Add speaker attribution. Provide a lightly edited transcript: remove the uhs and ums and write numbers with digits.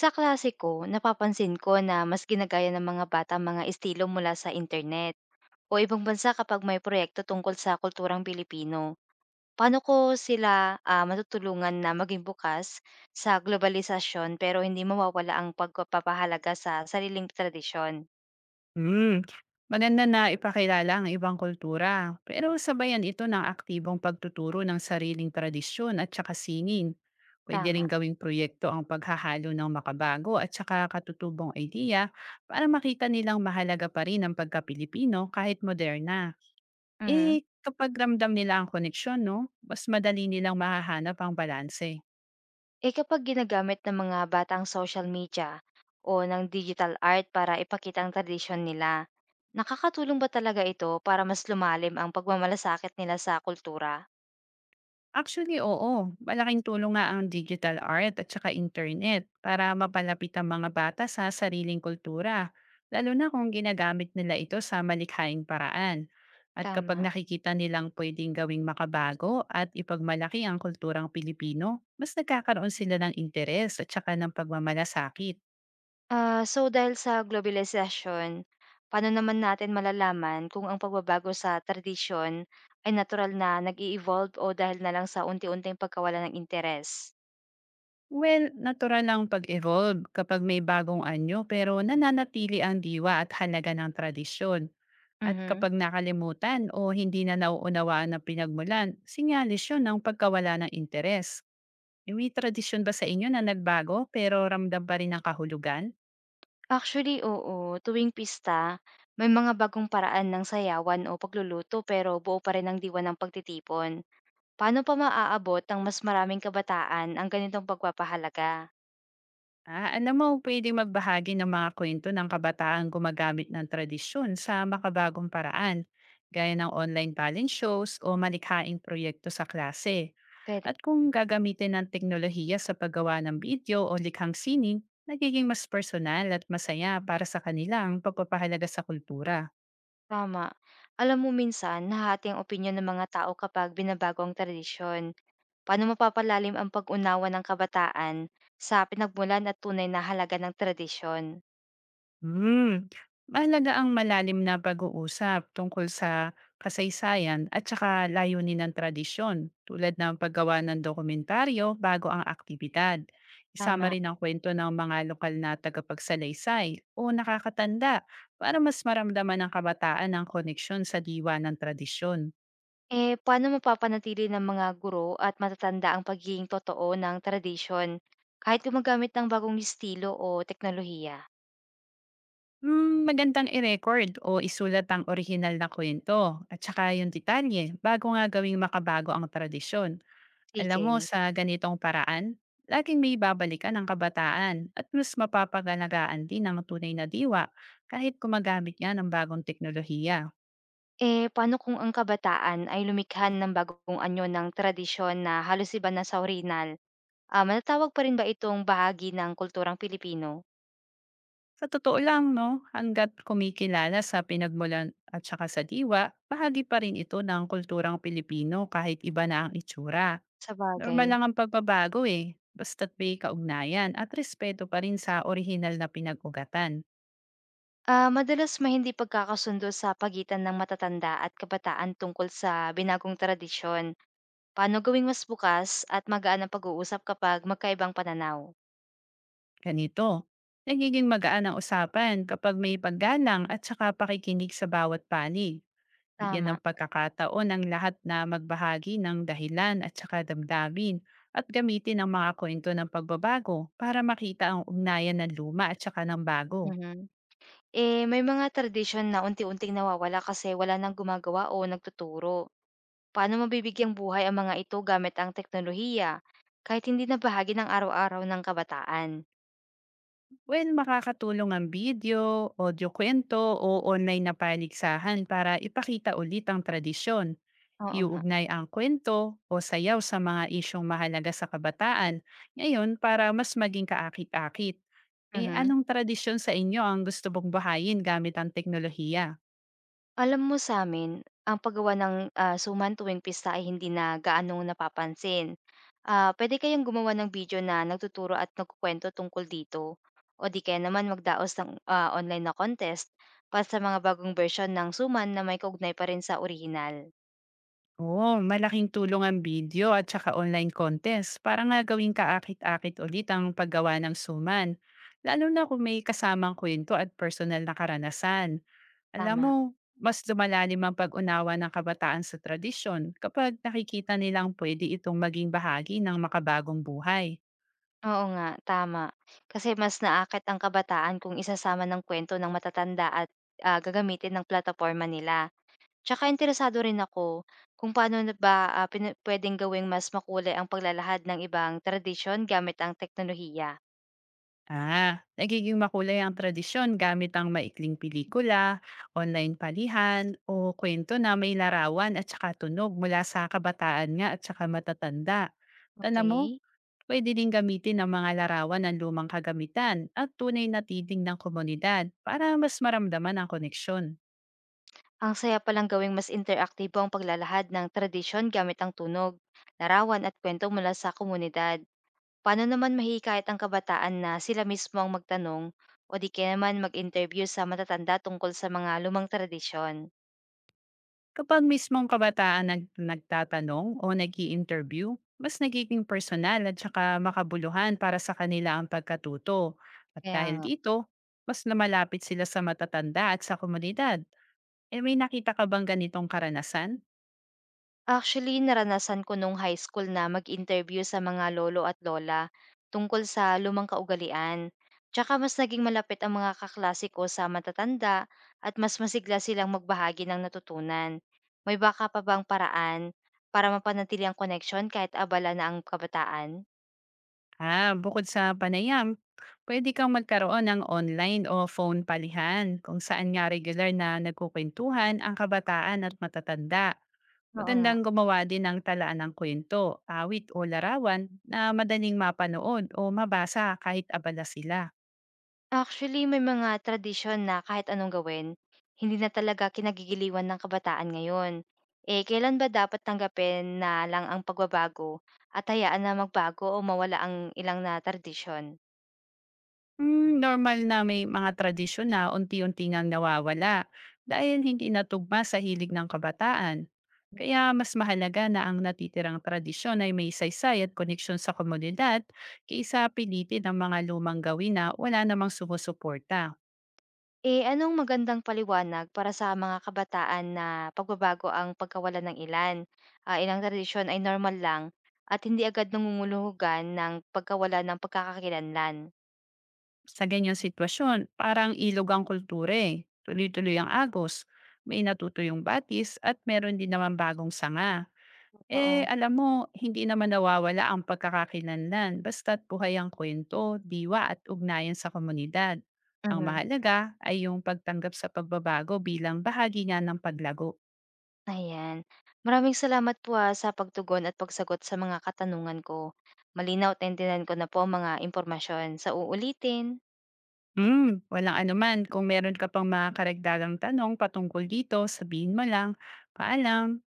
Speaker 1: Sa klase ko, napapansin ko na mas ginagaya ng mga bata ang mga estilo mula sa internet o ibang bansa kapag may proyekto tungkol sa kulturang Pilipino. Paano ko sila matutulungan na maging bukas sa globalisasyon pero hindi mawawala ang pagpapahalaga sa sariling tradisyon?
Speaker 2: Hmm, maganda na ipakilala ang ibang kultura, pero sabayan ito ng aktibong pagtuturo ng sariling tradisyon at saka sining. Pwede
Speaker 1: Tama.
Speaker 2: rin gawing proyekto ang paghahalo ng makabago at saka katutubong idea para makita nilang mahalaga pa rin ang pagka-Pilipino kahit moderna.
Speaker 1: Mhm.
Speaker 2: Eh, kapag ramdam nila ang koneksyon, no, mas madali nilang mahahanap ang balanse.
Speaker 1: Eh, kapag ginagamit ng mga bata ang social media o ng digital art para ipakita ang tradisyon nila, nakakatulong ba talaga ito para mas lumalim ang pagmamalasakit nila sa kultura?
Speaker 2: Actually, oo. Malaking tulong nga ang digital art at saka internet para mapalapit ang mga bata sa sariling kultura, lalo na kung ginagamit nila ito sa malikhaing paraan. At kapag
Speaker 1: Tama.
Speaker 2: nakikita nilang pwedeng gawing makabago at ipagmalaki ang kulturang Pilipino, mas nagkakaroon sila ng interes at saka ng pagmamalasakit.
Speaker 1: Ah, so dahil sa globalization, paano naman natin malalaman kung ang pagbabago sa tradisyon ay natural na nag i evolve o dahil na lang sa unti-unting pagkawala ng interes?
Speaker 2: Well, natural lang pag-evolve kapag may bagong anyo pero nananatili ang diwa at halaga ng tradisyon. At
Speaker 1: Mhm.
Speaker 2: kapag nakalimutan o hindi na nauunawaan ang pinagmulan, sinyalis yun ng pagkawala ng interes. Eh, may tradisyon ba sa inyo na nagbago pero ramdam pa rin ang kahulugan?
Speaker 1: Actually, oo. Tuwing pista, may mga bagong paraan ng sayawan o pagluluto pero buo pa rin ang diwa ng pagtitipon. Paano pa maaabot ng mas maraming kabataan ang ganitong pagpapahalaga?
Speaker 2: Ah, alam mo, pwede magbahagi ng mga kwento ng kabataan gumagamit ng tradisyon sa makabagong paraan, gaya ng online talent shows o malikhaing proyekto sa klase.
Speaker 1: Pwede,
Speaker 2: At kung gagamitin ng teknolohiya sa paggawa ng video o likhang sining, nagiging mas personal at masaya para sa kanila ang pagpapahalaga sa kultura.
Speaker 1: tama. Alam mo, minsan nahati ang opinyon ng mga tao kapag binabago ang tradisyon. Paano mapapalalim ang pag-unawa ng kabataan sa pinagmulan at tunay na halaga ng tradisyon?
Speaker 2: Hmm, mahalaga ang malalim na pag-uusap tungkol sa kasaysayan at saka layunin ng tradisyon tulad ng paggawa ng dokumentaryo bago ang aktibidad. Isama
Speaker 1: Tama.
Speaker 2: rin ang kwento ng mga lokal na tagapagsalaysay o nakakatanda para mas maramdaman ng kabataan ang koneksyon sa diwa ng tradisyon.
Speaker 1: Eh, paano mapapanatili ng mga guro at matatanda ang pagiging totoo ng tradisyon kahit gumagamit ng bagong estilo o teknolohiya?
Speaker 2: Hmm, magandang i-record o isulat ang orihinal na kwento at saka yung detalye bago nga gawing makabago ang tradisyon. Alam mo,
Speaker 1: Sige.
Speaker 2: sa ganitong paraan, laging may babalikan ang kabataan at mas mapapagalagaan din ang tunay na diwa kahit gumagamit yan ng bagong teknolohiya.
Speaker 1: Eh, paano kung ang kabataan ay lumikha ng bagong anyo ng tradisyon na halos iba na sa orihinal? Ah, matatawag pa rin ba itong bahagi ng kulturang Pilipino?
Speaker 2: Sa totoo lang, no, hanggat kumikilala sa pinagmulan at saka sa diwa, bahagi pa rin ito ng kulturang Pilipino kahit iba na ang itsura.
Speaker 1: Sa
Speaker 2: Normal
Speaker 1: bagay.
Speaker 2: lang ang pagbabago eh, basta't may kaugnayan at respeto pa rin sa orihinal na pinag-ugatan.
Speaker 1: Ah, madalas may hindi pagkakasundo sa pagitan ng matatanda at kabataan tungkol sa binagong tradisyon. Paano gawing mas bukas at magaan ang pag-uusap kapag magkaibang pananaw?
Speaker 2: Ganito, nagiging magaan ang usapan kapag may paggalang at saka pakikinig sa bawat panig. Bigyan ng
Speaker 1: Tama,
Speaker 2: pagkakataon ang lahat na magbahagi ng dahilan at saka damdamin at gamitin ang mga kwento ng pagbabago para makita ang ugnayan ng luma at saka ng bago.
Speaker 1: mhm. Eh, may mga tradisyon na unti-unting nawawala kasi wala nang gumagawa o nagtuturo. Paano mabibigyang buhay ang mga ito gamit ang teknolohiya kahit hindi na bahagi ng araw-araw ng kabataan?
Speaker 2: Well, makakatulong ang video, audio kwento o online na paligsahan para ipakita ulit ang tradisyon.
Speaker 1: Oo nga,
Speaker 2: Iuugnay ang kwento o sayaw sa mga isyong mahalaga sa kabataan. Ngayon, para mas maging kaakit-akit. Eh,
Speaker 1: mhm.
Speaker 2: anong tradisyon sa inyo ang gusto mong bahayin gamit ang teknolohiya?
Speaker 1: Alam mo, sa'min, ang paggawa ng suman tuwing pista ay hindi na gaanong napapansin. Ah, puwede kayang gumawa ng video na nagtuturo at nagkukuwento tungkol dito o di kaya naman magdaos ng online na contest para sa mga bagong version ng suman na may kaugnay pa rin sa orihinal.
Speaker 2: Oo, malaking tulong ang video at saka online contest para nga gawing kaakit-akit ulit ang paggawa ng suman. Lalo na kung may kasamang kwento at personal na karanasan. Alam
Speaker 1: Tama,
Speaker 2: mo, mas lumalalim ang pag-unawa ng kabataan sa tradisyon kapag nakikita nilang pwede itong maging bahagi ng makabagong buhay.
Speaker 1: oo nga, tama. Kasi mas naakit ang kabataan kung isasama ng kwento ng matatanda at gagamitin ng plataporma nila. Tsaka interesado rin ako kung paano na ba pina puwedeng gawing mas makulay ang paglalahad ng ibang tradisyon gamit ang teknolohiya,
Speaker 2: Ah, nagiging makulay ang tradisyon gamit ang maikling pelikula, online palihan, o kwento na may larawan at saka tunog mula sa kabataan nga at saka matatanda. Alam mo,
Speaker 1: okay.
Speaker 2: pwede din gamitin ang mga larawan ng lumang kagamitan at tunay na titing ng komunidad para mas maramdaman ang koneksyon.
Speaker 1: Ang saya palang gawing mas interaktibo ang paglalahad ng tradisyon gamit ang tunog, larawan at kwento mula sa komunidad. Paano naman mahihikayat ang kabataan na sila mismo ang magtanong o di kaya naman mag-interview sa matatanda tungkol sa mga lumang tradisyon?
Speaker 2: Kapag mismong kabataan nagtatanong o nag interview, mas nagiging personal at saka makabuluhan para sa kanila ang pagkatuto. At
Speaker 1: Kaya
Speaker 2: dahil
Speaker 1: nga.
Speaker 2: dito, mas namalapit sila sa matatanda at sa komunidad. Eh, may nakita ka bang ganitong karanasan?
Speaker 1: Actually, naranasan ko nung high school na mag-interview sa mga lolo at lola tungkol sa lumang kaugalian. Tsaka mas naging malapit ang mga kaklase ko sa matatanda at mas masigla silang magbahagi ng natutunan. May baka pa bang paraan para mapanatili ang connection kahit abala na ang kabataan?
Speaker 2: Ah, bukod sa panayam, pwede kang magkaroon ng online o phone palihan kung saan nga regular na nagkukwentuhan ang kabataan at matatanda.
Speaker 1: Oo nga.
Speaker 2: Magandang gumawa din ng talaan ng kwento, awit o larawan na madaling mapanood o mabasa kahit abala sila.
Speaker 1: Actually, may mga tradisyon na kahit anong gawin, hindi na talaga kinagigiliwan ng kabataan ngayon. Eh, kailan ba dapat tanggapin na lang ang pagbabago at hayaan na magbago o mawala ang ilang na tradisyon?
Speaker 2: Hmm, normal na may mga tradisyon na unti-unti ngang nawawala dahil hindi natugma sa hilig ng kabataan. Kaya mas mahalaga na ang natitirang tradisyon ay may saysay at koneksyon sa komunidad kaysa pilitin ang mga lumang gawin na wala namang sumusuporta.
Speaker 1: Eh, anong magandang paliwanag para sa mga kabataan na pagbabago ang pagkawala ng ilan? Ah, ilang tradisyon ay normal lang at hindi agad nangunguluhugan ng pagkawala ng pagkakakilanlan.
Speaker 2: Sa ganyang sitwasyon, parang ilog ang kultura eh. Tuloy-tuloy ang agos, may natuto yung batis at meron din naman bagong sanga. Eh,
Speaker 1: Oo.
Speaker 2: alam mo, hindi naman nawawala ang pagkakakilanlan basta't buhay ang kwento, diwa at ugnayan sa komunidad. Ang mahalaga ay yung pagtanggap sa pagbabago bilang bahagi na ng paglago.
Speaker 1: Ayan. Maraming salamat po sa pagtugon at pagsagot sa mga katanungan ko. Malinaw at naintindihan ko na po ang mga impormasyon. Sa uulitin.
Speaker 2: Mm, walang anuman, kung meron ka pang mga karagdagang tanong patungkol dito, sabihin mo lang. Paalam!